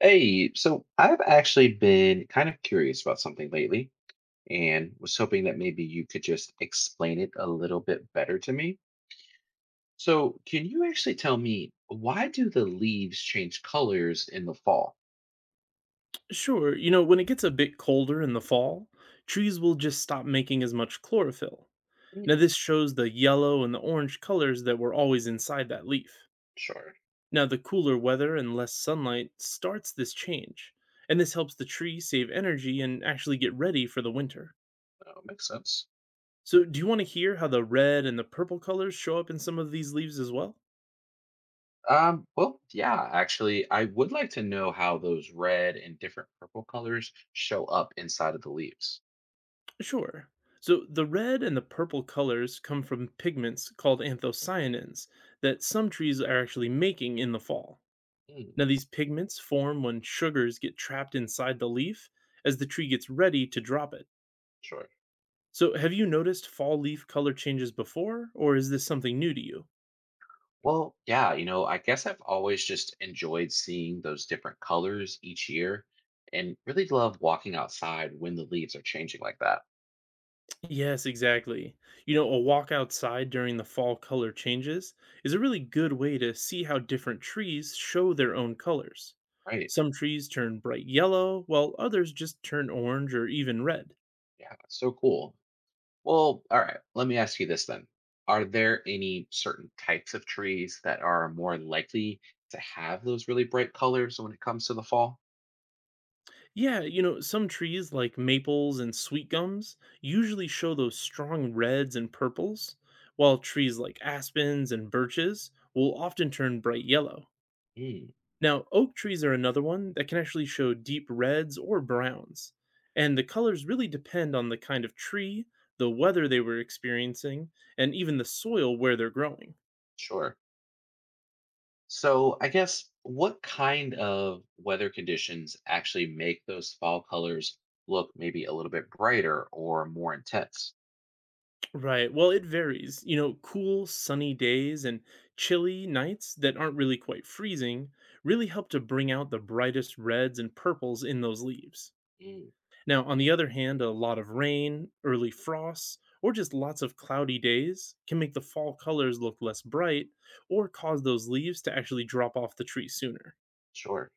Hey, so I've actually been kind of curious about something lately and was hoping that maybe you could just explain it a little bit better to me. So, can you actually tell me why do the leaves change colors in the fall? Sure, you know, when it gets a bit colder in the fall, trees will just stop making as much chlorophyll. Now, Mm. this shows the yellow and the orange colors that were always inside that leaf. Sure. Now, the cooler weather and less sunlight starts this change, and this helps the tree save energy and actually get ready for the winter. No, makes sense. So, do you want to hear how the red and the purple colors show up in some of these leaves as well? Well, yeah, actually, I would like to know how those red and different purple colors show up inside of the leaves. Sure. So the red and the purple colors come from pigments called anthocyanins that some trees are actually making in the fall. Mm. Now, these pigments form when sugars get trapped inside the leaf as the tree gets ready to drop it. Sure. So, have you noticed fall leaf color changes before, or is this something new to you? Well, yeah, I guess I've always just enjoyed seeing those different colors each year and really love walking outside when the leaves are changing like that. Yes, exactly. You know, a walk outside during the fall color changes is a really good way to see how different trees show their own colors. Right. Some trees turn bright yellow, while others just turn orange or even red. Yeah, it's so cool. Well, all right, let me ask you this then. Are there any certain types of trees that are more likely to have those really bright colors when it comes to the fall? Yeah, you know, some trees like maples and sweet gums usually show those strong reds and purples, while trees like aspens and birches will often turn bright yellow. Hmm. Now, oak trees are another one that can actually show deep reds or browns, and the colors really depend on the kind of tree, the weather they were experiencing, and even the soil where they're growing. Sure. So, I guess what kind of weather conditions actually make those fall colors look maybe a little bit brighter or more intense? Right, well, it varies. You know, cool, sunny days and chilly nights that aren't really quite freezing really help to bring out the brightest reds and purples in those leaves. Mm. Now, on the other hand, a lot of rain, early frosts, or just lots of cloudy days can make the fall colors look less bright or cause those leaves to actually drop off the tree sooner. Sure.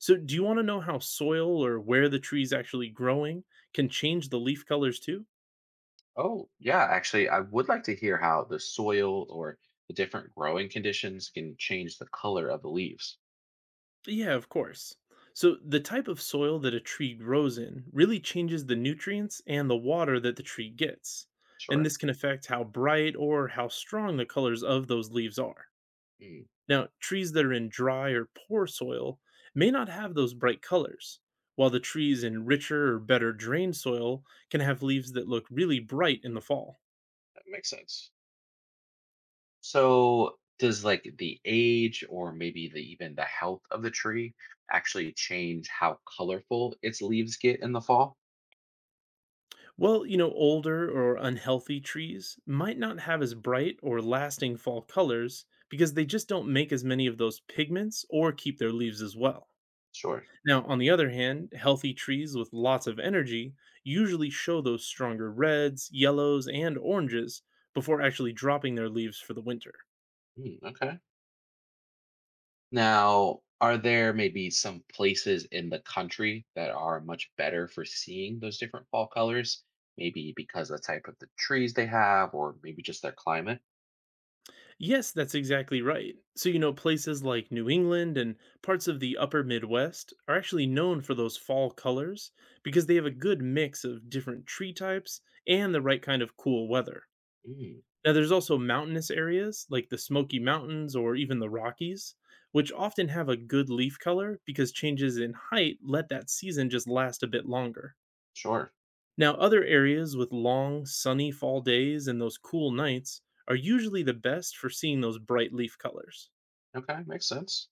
So, do you want to know how soil or where the tree's actually growing can change the leaf colors too? Oh, yeah. Actually, I would like to hear how the soil or the different growing conditions can change the color of the leaves. Yeah, of course. So, the type of soil that a tree grows in really changes the nutrients and the water that the tree gets. And Sure. this can affect how bright or how strong the colors of those leaves are. Mm, Now, trees that are in dry or poor soil may not have those bright colors, while the trees in richer or better drained soil can have leaves that look really bright in the fall. that makes sense. So, does like the age or maybe the even the health of the tree actually change how colorful its leaves get in the fall? Well, you know, older or unhealthy trees might not have as bright or lasting fall colors because they just don't make as many of those pigments or keep their leaves as well. Sure. Now, on the other hand, healthy trees with lots of energy usually show those stronger reds, yellows, and oranges before actually dropping their leaves for the winter. Mm, okay. Now, are there maybe some places in the country that are much better for seeing those different fall colors? Maybe because of the type of the trees they have, or maybe just their climate? Yes, that's exactly right. So, you know, places like New England and parts of the upper Midwest are actually known for those fall colors because they have a good mix of different tree types and the right kind of cool weather. Mm. Now, there's also mountainous areas like the Smoky Mountains or even the Rockies, which often have a good leaf color because changes in height let that season just last a bit longer. Sure. Now, other areas with long, sunny fall days and those cool nights are usually the best for seeing those bright leaf colors. Okay, makes sense.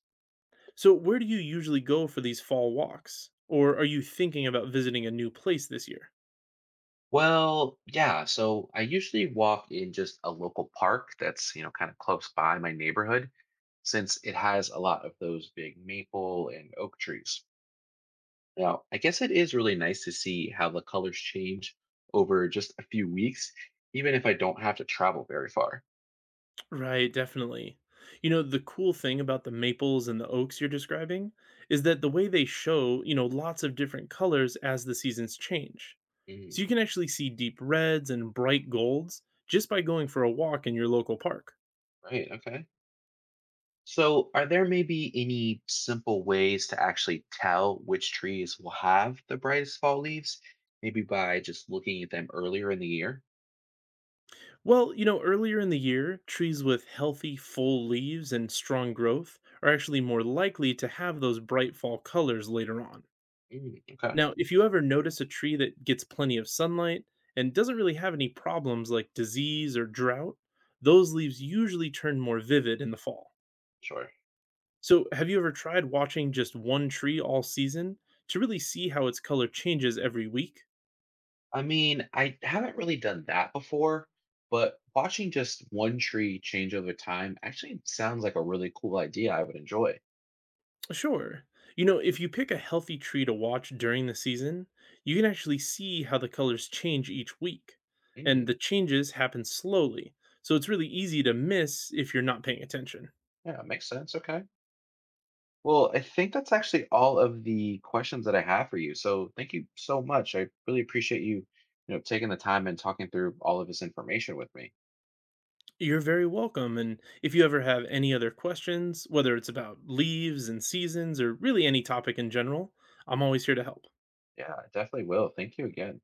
So, where do you usually go for these fall walks? Or are you thinking about visiting a new place this year? Well, yeah, so I usually walk in just a local park that's, kind of close by my neighborhood since it has a lot of those big maple and oak trees. Now, I guess it is really nice to see how the colors change over just a few weeks, even if I don't have to travel very far. Right, definitely. You know, the cool thing about the maples and the oaks you're describing is that the way they show, you know, lots of different colors as the seasons change. Mm, So, you can actually see deep reds and bright golds just by going for a walk in your local park. right. Okay. So, are there maybe any simple ways to actually tell which trees will have the brightest fall leaves? Maybe by just looking at them earlier in the year? Well, you know, earlier in the year, trees with healthy, full leaves and strong growth are actually more likely to have those bright fall colors later on. Mm, okay. Now, if you ever notice a tree that gets plenty of sunlight and doesn't really have any problems like disease or drought, those leaves usually turn more vivid in the fall. Sure. So, have you ever tried watching just one tree all season to really see how its color changes every week? I mean, I haven't really done that before, but watching just one tree change over time actually sounds like a really cool idea I would enjoy. Sure. You know, if you pick a healthy tree to watch during the season, you can actually see how the colors change each week. And Mm. the changes happen slowly, so it's really easy to miss if you're not paying attention. Yeah, makes sense. Okay. Well, I think that's actually all of the questions that I have for you. So thank you so much. I really appreciate you taking the time and talking through all of this information with me. You're very welcome. And if you ever have any other questions, whether it's about leaves and seasons or really any topic in general, I'm always here to help. Yeah, I definitely will. Thank you again.